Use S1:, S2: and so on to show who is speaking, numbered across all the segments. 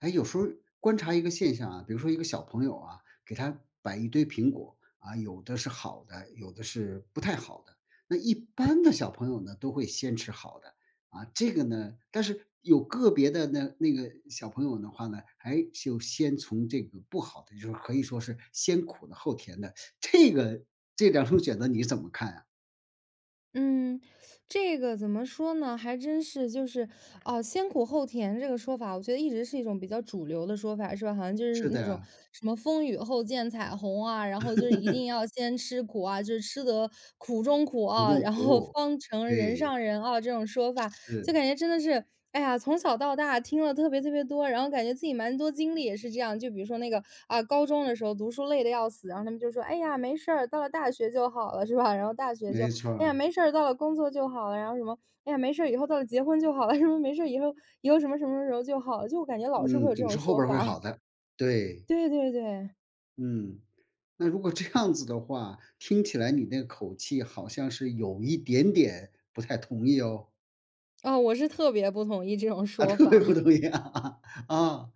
S1: 哎，有时候观察一个现象啊，比如说一个小朋友啊，给他摆一堆苹果啊，有的是好的，有的是不太好的。那一般的小朋友呢，都会先吃好的啊，这个呢，但是有个别的那个小朋友的话呢，还就先从这个不好的，就是可以说是先苦的后甜的，这个这两种选择你怎么看啊？
S2: 嗯，这个怎么说呢？还真是就是，先苦后甜这个说法，我觉得一直是一种比较主流的说法，是吧？好像就是
S1: 是的
S2: 那种
S1: 呀，
S2: 什么“风雨后见彩虹”啊，然后就是一定要先吃苦啊，就是吃得苦中苦
S1: 苦
S2: 啊，
S1: 中
S2: 然后
S1: 苦，
S2: 方成人
S1: 对，
S2: 上人啊，这种说法。就
S1: 是
S2: 感觉真的是，哎呀，从小到大听了特别特别多，然后感觉自己蛮多经历也是这样。就比如说那个高中的时候读书累的要死，然后他们就说：“哎呀，没事儿，到了大学就好了，是吧？”然后大学
S1: 没
S2: 就：
S1: 错
S2: “哎呀，
S1: 儿，
S2: 没事儿，到了工作就好了。”然后什么：“哎呀，没事儿，以后到了结婚就好了。”什么：“没事儿，以后什么什么时候就好了。”就我感觉老是会
S1: 嗯，
S2: 有这
S1: 总
S2: 种
S1: 是后
S2: 说
S1: 边儿会
S2: 法。
S1: 好 的，对。
S2: 对对对，
S1: 嗯，那如果这样子的话，听起来你那个口气好像是有一点点不太同意哦，
S2: 哦，我是特别不同意这种
S1: 啊，
S2: 说
S1: 特别不
S2: 法。
S1: 同意啊，啊，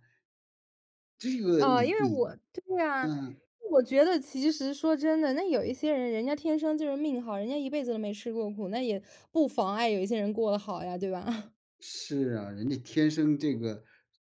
S1: 这个
S2: 因
S1: 你
S2: 为
S1: 你
S2: 我对呀，
S1: 嗯，
S2: 我觉得其实说真的，那有一些人，人家天生就是命好，人家一辈子都没吃过苦，那也不妨碍有一些人过得好呀，对吧？
S1: 是啊，人家天生这个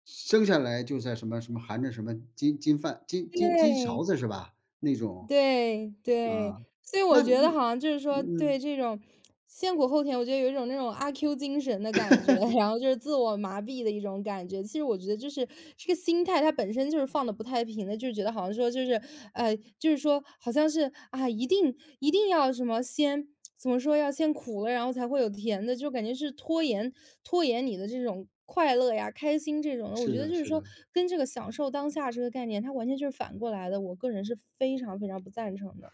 S1: 生下来就在什么什么含着什么金金饭金金金
S2: 对，
S1: 勺子是吧？那种
S2: 对，对。
S1: 啊，
S2: 所以我
S1: 那
S2: 觉
S1: 你
S2: 得好像就是说，对
S1: 嗯，
S2: 这种先苦后甜，我觉得有一种那种阿 Q 精神的感觉，然后就是自我麻痹的一种感觉。其实我觉得就是这个心态，它本身就是放的不太平的，就是觉得好像说就是就是说好像是啊，一定要什么先怎么说，要先苦了，然后才会有甜的，就感觉是拖延你的这种。快乐呀，开心这种的，我
S1: 是
S2: 觉得
S1: 的，
S2: 就是
S1: 是
S2: 说，
S1: 的。
S2: 跟这个享受当下这个概念，它完全就是反过来的。我个人是非常非常不赞成的。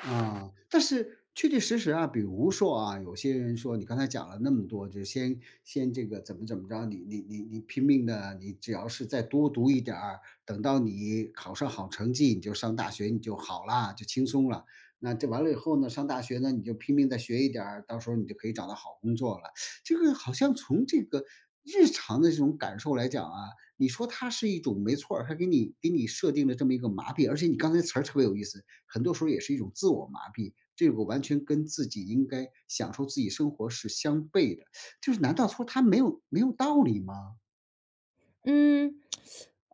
S1: 啊，但是确确实实啊，比如说啊，有些人说你刚才讲了那么多，就先这个怎么怎么着，你拼命的，你只要是再多读一点儿，等到你考上好成绩，你就上大学，你就好啦，就轻松了。那这完了以后呢，上大学呢，你就拼命再学一点儿，到时候你就可以找到好工作了。这个好像从这个日常的这种感受来讲啊，你说它是一种没错儿，它给你设定了这么一个麻痹，而且你刚才词儿特别有意思，很多时候也是一种自我麻痹，这个完全跟自己应该享受自己生活是相悖的。就是难道说它没有道理吗？
S2: 嗯，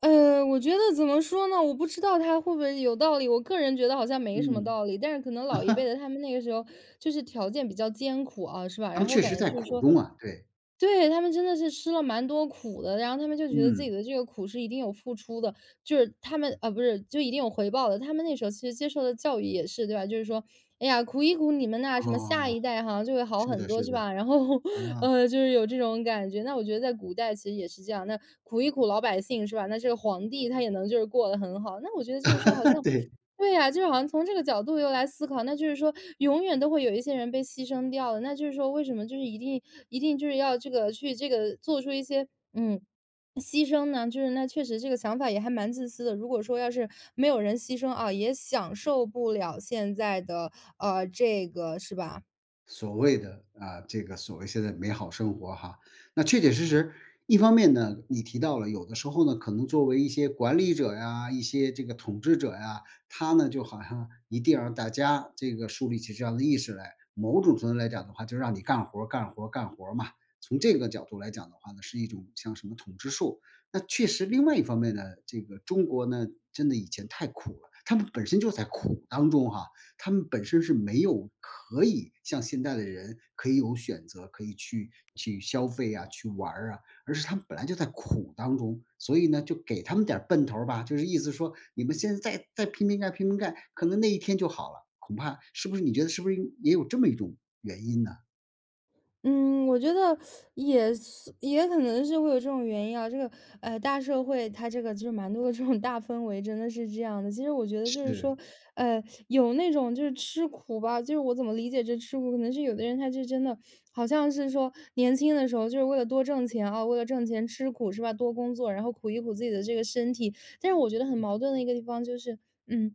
S2: 我觉得怎么说呢，我不知道他会不会有道理。我个人觉得好像没什么
S1: 嗯，
S2: 道理，但是可能老一辈的他们那个时候就是条件比较艰苦啊，是吧？
S1: 他
S2: 然
S1: 们
S2: 后我
S1: 确
S2: 感
S1: 实
S2: 觉
S1: 在
S2: 就是
S1: 苦
S2: 说，
S1: 中啊，对，
S2: 对，他们真的是吃了蛮多苦的，然后他们就觉得自己
S1: 嗯，
S2: 的这个苦是一定有付出的，就是他们啊，不是，就一定有回报的。他们那时候其实接受的教育也是，对吧？就是说，哎呀，苦一苦你们那什么下
S1: 哦，
S2: 一代好像就会好
S1: 是
S2: 很
S1: 的
S2: 多，
S1: 是
S2: 是
S1: 的，
S2: 吧？然后，
S1: 啊，
S2: 就是有这种感觉。那我觉得在古代其实也是这样，那苦一苦老百姓，是吧？那这个皇帝他也能就是过得很好。那我觉得就是说，好像
S1: 对。
S2: 对呀，就是好像从这个角度又来思考，那就是说永远都会有一些人被牺牲掉了，那就是说为什么就是一定就是要这个去这个做出一些，嗯，牺牲呢？就是那确实这个想法也还蛮自私的。如果说要是没有人牺牲啊，也享受不了现在的，这个是吧？
S1: 所谓的啊，这个所谓现在美好生活哈。那确确实实，一方面呢，你提到了有的时候呢，可能作为一些管理者呀，一些这个统治者呀，他呢就好像一定要让大家这个树立起这样的意识来。某种程度来讲的话，就让你干活儿、干活儿、干活儿嘛。从这个角度来讲的话呢，是一种像什么统治术。那确实另外一方面呢，这个中国呢，真的以前太苦了，他们本身就在苦当中哈，他们本身是没有可以像现在的人可以有选择，可以去消费啊，去玩儿啊，而是他们本来就在苦当中，所以呢，就给他们点儿奔头儿吧，就是意思说你们现在再拼命干拼命干，可能那一天就好了，恐怕是不是你觉得是不是也有这么一种原因呢？
S2: 嗯，我觉得也是也可能是会有这种原因啊。这个大社会它这个就是蛮多的这种大氛围，真的是这样的。其实我觉得就是说，
S1: 是，
S2: 呃，有那种就是吃苦吧，就是我怎么理解这吃苦，可能是有的人他就真的好像是说年轻的时候就是为了多挣钱啊，为了挣钱吃苦是吧？多工作，然后苦一苦自己的这个身体。但是我觉得很矛盾的一个地方就是，嗯。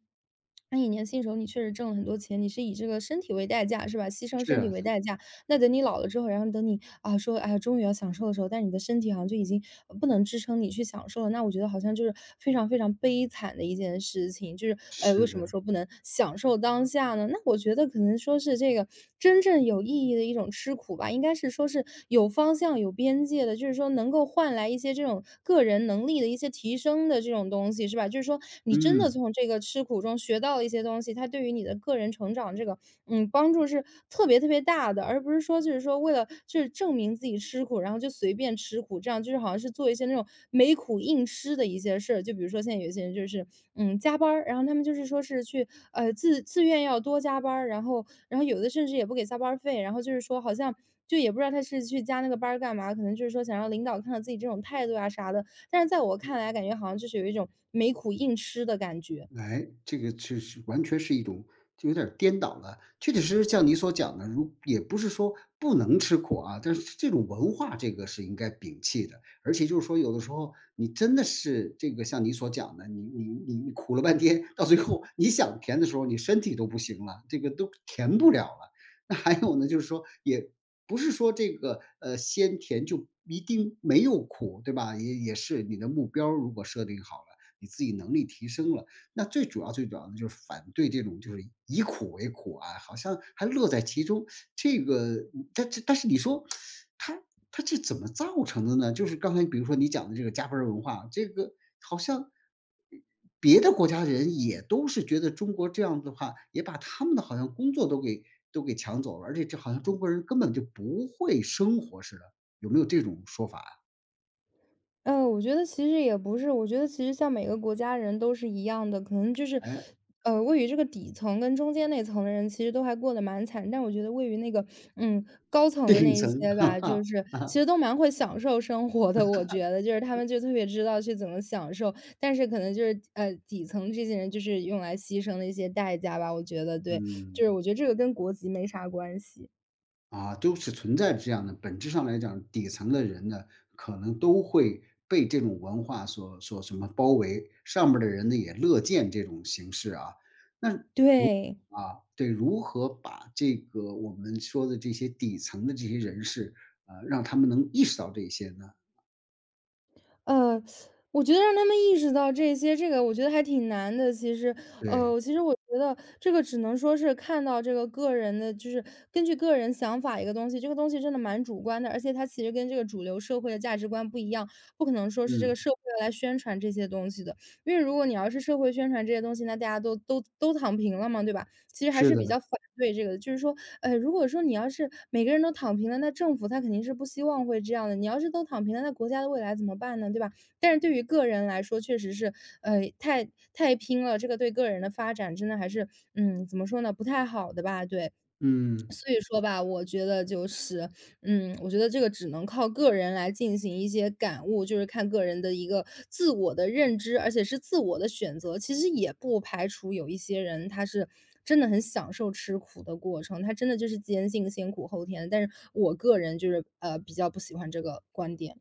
S2: 那你年轻的时候，你确实挣了很多钱，你是以这个身体为代价，是吧？牺牲
S1: 是
S2: 身体
S1: 啊
S2: 为代价，那等你老了之后，然后等你啊说，哎呀终于要享受的时候，但是你的身体好像就已经不能支撑你去享受了。那我觉得好像就是非常非常悲惨的一件事情，就是为
S1: 是
S2: 什么
S1: 的，
S2: 说不能享受当下呢？那我觉得可能说是这个真正有意义的一种吃苦吧，应该是说是有方向、有边界的，就是说能够换来一些这种个人能力的一些提升的这种东西，是吧？就是说你真的
S1: 嗯。
S2: 从这个吃苦中学到了一些东西，它对于你的个人成长这个嗯，帮助是特别特别大的，而不是说就是说为了就是证明自己吃苦，然后就随便吃苦，这样就是好像是做一些那种没苦硬吃的一些事儿。就比如说现在有一些人就是嗯加班儿，然后他们就是说是去自愿要多加班儿，然后有的甚至也不给加班儿费，然后就是说好像。就也不知道他是去加那个班儿干嘛，可能就是说想让领导看到自己这种态度啊啥的。但是在我看来，感觉好像就是有一种没苦硬吃的感觉。
S1: 哎，这个就是完全是一种就有点儿颠倒了。确确实实像你所讲的，如也不是说不能吃苦啊，但是这种文化这个是应该摒弃的。而且就是说，有的时候你真的是这个像你所讲的，你苦了半天，到最后你想甜的时候，你身体都不行了，这个都甜不了了。那还有呢，就是说也不是说这个先甜就一定没有苦，对吧？也也是你的目标儿如果设定好了，你自己能力提升了。那最主要的就是反对这种就是以苦为苦啊，好像还乐在其中。这个，但这，但是你说，他他这怎么造成的呢？就是刚才比如说你讲的这个加班儿文化，这个好像别的国家人也都是觉得中国这样的话，也把他们的好像工作都给抢走了，而且这好像中国人根本就不会生活似的，有没有这种说法啊？
S2: 我觉得其实也不是，我觉得其实像每个国家人都是一样的，可能就是，
S1: 哎，
S2: 位于这个底层跟中间那层的人其实都还过得蛮惨，但我觉得位于那个，嗯，高 层的
S1: 顶
S2: 那一
S1: 层，
S2: 些
S1: 哈
S2: 吧，
S1: 哈，
S2: 就是
S1: 啊
S2: 其实都蛮会享受生活的，我觉得就是他们就特别知道去怎么享受，但是可能就是底层这些人就是用来牺牲的一些代价吧，我觉得对，就
S1: 嗯。
S2: 是我觉得这个跟国籍没啥关系。
S1: 啊，都是存在这样的，本质上来讲，底层的人呢，可能都会被这种文化所什么包围，上面的人呢也乐见这种形式啊。那
S2: 对，
S1: 啊，对，如何把这个我们说的这些底层的这些人士，呃，让他们能意识到这些呢？
S2: 呃，我觉得让他们意识到这些，这个我觉得还挺难的。其实，
S1: 对，
S2: 其实我觉得这个只能说是看到这个个人的，就是根据个人想法一个东西，这个东西真的蛮主观的，而且它其实跟这个主流社会的价值观不一样，不可能说是这个
S1: 嗯，
S2: 社会来宣传这些东西的。因为如果你要是社会宣传这些东西，那大家都都躺平了嘛，对吧？其实还
S1: 是
S2: 是比
S1: 的，
S2: 较反对这个的，就是说如果说你要是每个人都躺平了，那政府他肯定是不希望会这样的。你要是都躺平了，那国家的未来怎么办呢？对吧？但是对于个人来说，确实是，太拼了，这个对个人的发展真的还是，嗯，怎么说呢，不太好的吧？对。
S1: 嗯。
S2: 所以说吧，我觉得就是，嗯，我觉得这个只能靠个人来进行一些感悟，就是看个人的一个自我的认知，而且是自我的选择。其实也不排除有一些人他是真的很享受吃苦的过程，他真的就是坚信先苦后甜。但是我个人就是比较不喜欢这个观点。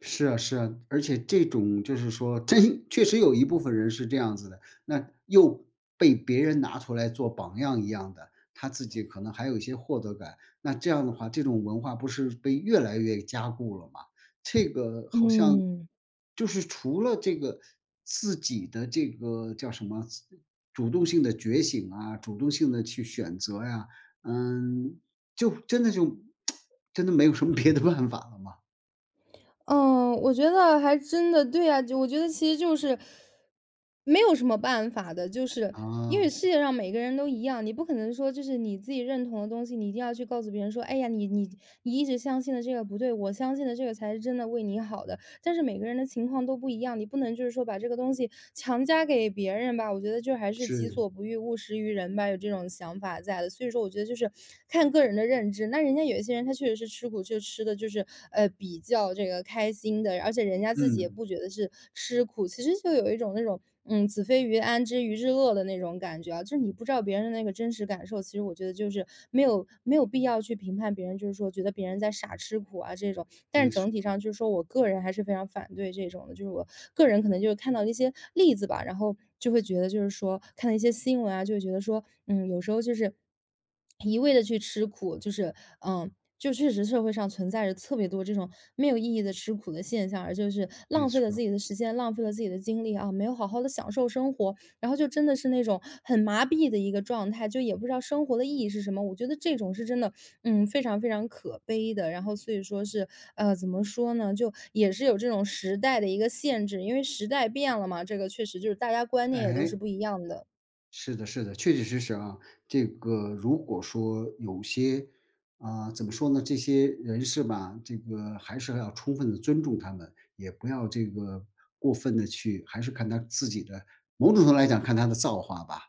S1: 是啊是啊，而且这种就是说，真确实有一部分人是这样子的，那又被别人拿出来做榜样一样的，他自己可能还有一些获得感。那这样的话，这种文化不是被越来越加固了吗？这个好像
S2: 嗯。
S1: 就是除了这个自己的这个叫什么，主动性的觉醒啊，主动性的去选择呀，嗯，就真的 真的没有什么别的办法了吗？
S2: 嗯，我觉得还真的对啊，就我觉得其实就是没有什么办法的，就是因为
S1: 啊。
S2: 世界上每个人都一样，你不可能说就是你自己认同的东西，你一定要去告诉别人说，哎呀，你你一直相信的这个不对，我相信的这个才是真的为你好的。但是每个人的情况都不一样，你不能就是说把这个东西强加给别人吧。我觉得就还是己
S1: 是，
S2: 所不欲，勿施于人吧，有这种想法在的。所以说，我觉得就是看个人的认知。那人家有一些人，他确实是吃苦，就吃的就是比较这个开心的，而且人家自己也
S1: 嗯，
S2: 不觉得是吃苦，其实就有一种那种。嗯，子非鱼安知鱼之乐的那种感觉啊，就是你不知道别人的那个真实感受，其实我觉得就是没有必要去评判别人，就是说觉得别人在傻吃苦啊这种。但是
S1: 没错
S2: 整体上就是说我个人还是非常反对这种的，就是我个人可能就是看到一些例子吧，然后就会觉得就是说看到一些新闻啊，就会觉得说，嗯，有时候就是。一味的去吃苦，就是嗯，就确实社会上存在着特别多这种没有意义的吃苦的现象，而就是
S1: 没
S2: 浪费了
S1: 错。
S2: 自己的时间，浪费了自己的精力啊，没有好好的享受生活，然后就真的是那种很麻痹的一个状态，就也不知道生活的意义是什么。我觉得这种是真的，非常非常可悲的。然后所以说是，怎么说呢，就也是有这种时代的一个限制，因为时代变了嘛，这个确实就是大家观念也都是
S1: 哎，
S2: 不一样的。
S1: 是的，是的，确确实实啊，这个如果说有些，啊、怎么说呢？这些人士吧，这个还是要充分的尊重他们，也不要这个过分的去，还是看他自己的，某种程度来讲，看他的造化吧。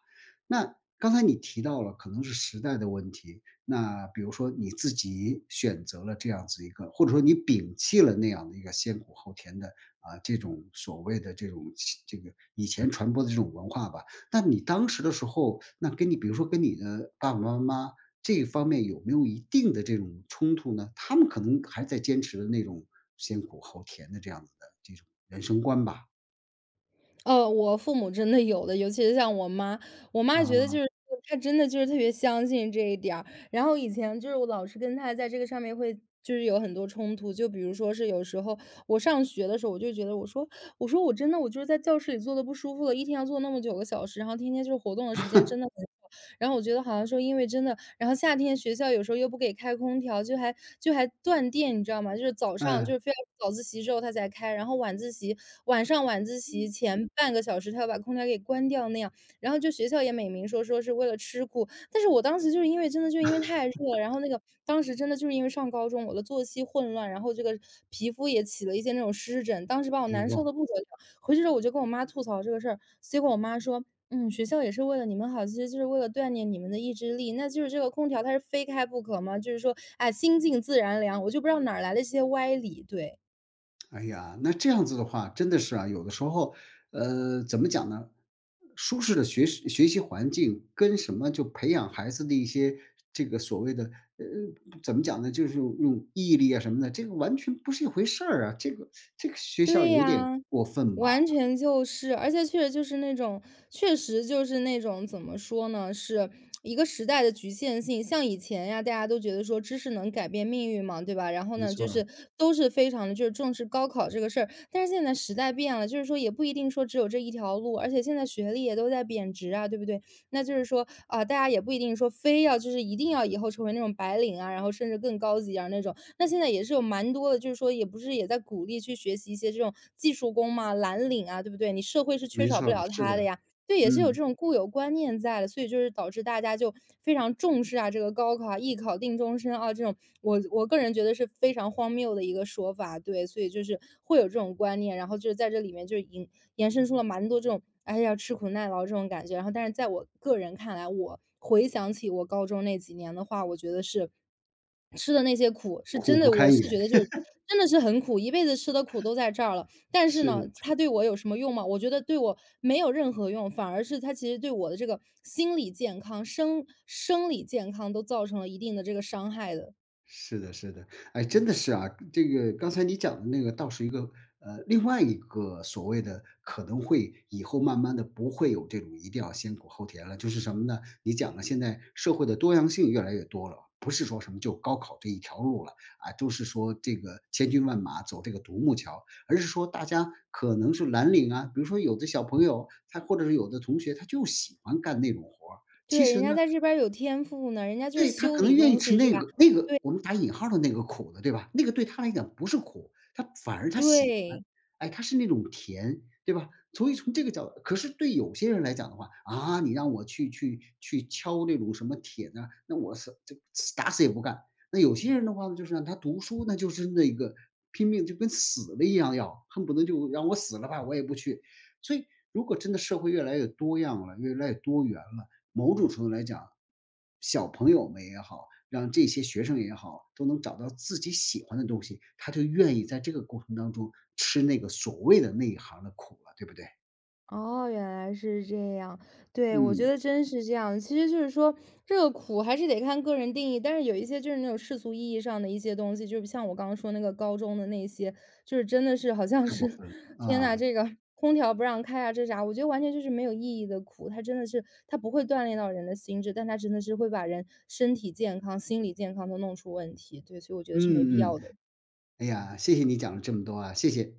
S1: 那刚才你提到了，可能是时代的问题。那比如说你自己选择了这样子一个，或者说你摒弃了那样的一个先苦后甜的啊、这种所谓的这种这个以前传播的这种文化吧。那你当时的时候，那跟你比如说跟你的爸爸妈妈这一方面有没有一定的这种冲突呢？他们可能还在坚持的那种先苦后甜的这样子的这种人生观吧。
S2: 我父母真的有的，尤其是像我妈，我妈觉得就
S1: 啊，
S2: 是她真的就是特别相信这一点儿。然后以前就是我老是跟她在这个上面会就是有很多冲突，就比如说是有时候我上学的时候，我就觉得我说我真的我就是在教室里坐的不舒服了，一天要坐那么九个小时，然后天天就是活动的时间真的很少。然后我觉得好像说因为真的然后夏天学校有时候又不给开空调，就还断电，你知道吗？就是早上
S1: 哎，
S2: 就是非要早自习之后他才开，然后晚上晚自习前半个小时他要把空调给关掉那样。然后就学校也美名说是为了吃苦，但是我当时就是因为真的就因为太热了然后那个当时真的就是因为上高中，我的作息混乱，然后这个皮肤也起了一些那种湿疹，当时把我
S1: 哎
S2: 难受
S1: 呦。
S2: 的不得了。回去之后我就跟我妈吐槽这个事儿，结果我妈说嗯，学校也是为了你们好，其实就是为了锻炼你们的意志力。那就是这个空调它是非开不可吗？就是说，哎，心静自然凉，我就不知道哪儿来的这些歪理，对。
S1: 哎呀，那这样子的话，真的是啊，有的时候，呃，怎么讲呢？舒适的学习环境跟什么就培养孩子的一些这个所谓的呃，怎么讲呢？就是用毅力啊什么的，这个完全不是一回事儿啊。这个这个学校
S2: 对
S1: 有点
S2: 呀，
S1: 过分吧？
S2: 完全就是，而且确实就是那种，确实就是那种怎么说呢，是一个时代的局限性。像以前呀，大家都觉得说知识能改变命运嘛，对吧？然后
S1: 没
S2: 呢，
S1: 错
S2: 就
S1: 儿，
S2: 是都是非常的就是重视高考这个事儿。但是现在时代变了，就是说也不一定说只有这一条路，而且现在学历也都在贬值啊，对不对？那就是说啊、大家也不一定说非要就是一定要以后成为那种白领啊，然后甚至更高级啊那种。那现在也是有蛮多的，就是说也不是也在鼓励去学习一些这种技术工嘛，蓝领啊，对不对？你社会是缺
S1: 没
S2: 少
S1: 错
S2: 不
S1: 儿，
S2: 了
S1: 是
S2: 它的
S1: 的，
S2: 呀。对，也是有
S1: 嗯，
S2: 这种固有观念在的，所以就是导致大家就非常重视啊，这个高考啊、艺考定终身啊，这种我个人觉得是非常荒谬的一个说法，对，所以就是会有这种观念，然后就是在这里面就延伸出了蛮多这种哎呀吃苦耐劳这种感觉，然后但是在我个人看来，我回想起我高中那几年的话，我觉得是吃的那些苦是真
S1: 苦不
S2: 的，我
S1: 堪
S2: 是
S1: 言，
S2: 觉得就 是真的是很苦，一辈子吃的苦都在这儿了，但是
S1: 是。
S2: 呢，它对我有什么用吗？我觉得对我没有任何用，反而是它其实对我的这个心理健康、生理健康都造成了一定的这个伤害的。
S1: 是的，是的，哎，真的是啊，这个刚才你讲的那个倒是一个呃，另外一个所谓的可能会以后慢慢的不会有这种一定要先苦后甜了，就是什么呢？你讲了现在社会的多样性越来越多了，不是说什么就高考这一条路了啊，就是说这个千军万马走这个独木桥，而是说大家可能是蓝领啊，比如说有的小朋友他或者是有的同学他就喜欢干那种活儿，其
S2: 对，人
S1: 实
S2: 家
S1: 呢。
S2: 在这边儿有天赋呢，人家就是
S1: 对，他
S2: 修
S1: 可能
S2: 理
S1: 愿意
S2: 东
S1: 吃
S2: 西是
S1: 那
S2: 吧？
S1: 个那个我们打引号儿的那个苦的，对吧？那个对他来讲不是苦，他反而他喜欢，
S2: 对。
S1: 哎，他是那种甜，对吧？所以从这个角度，可是对有些人来讲的话，啊，你让我去敲那种什么铁呢，那我是这打死也不干。那有些人的话呢，就是让他读书，那就是那个拼命就跟死了一样要，恨不得就让我死了吧，我也不去。所以如果真的社会越来越多样了，越来越多元了，某种程度来讲，小朋友们也好，让这些学生也好，都能找到自己喜欢的东西，他就愿意在这个过程当中吃那个所谓的那一行的苦了，对不对？
S2: 哦，原来是这样。对，我觉
S1: 嗯，
S2: 得真是这样。其实就是说，这个苦还是得看个人定义。但是有一些就是那种世俗意义上的一些东西，就是像我刚刚说那个高中的那些，就是真的是好像
S1: 太过
S2: 是，
S1: 分了，
S2: 天呐，
S1: 啊，
S2: 这个空调不让开啊，这啥？我觉得完全就是没有意义的苦。它真的是，它不会锻炼到人的心智，但它真的是会把人身体健康、心理健康都弄出问题。对，所以我觉得是没必
S1: 嗯嗯，
S2: 要的。
S1: 哎呀，谢谢你讲了这么多啊，谢谢。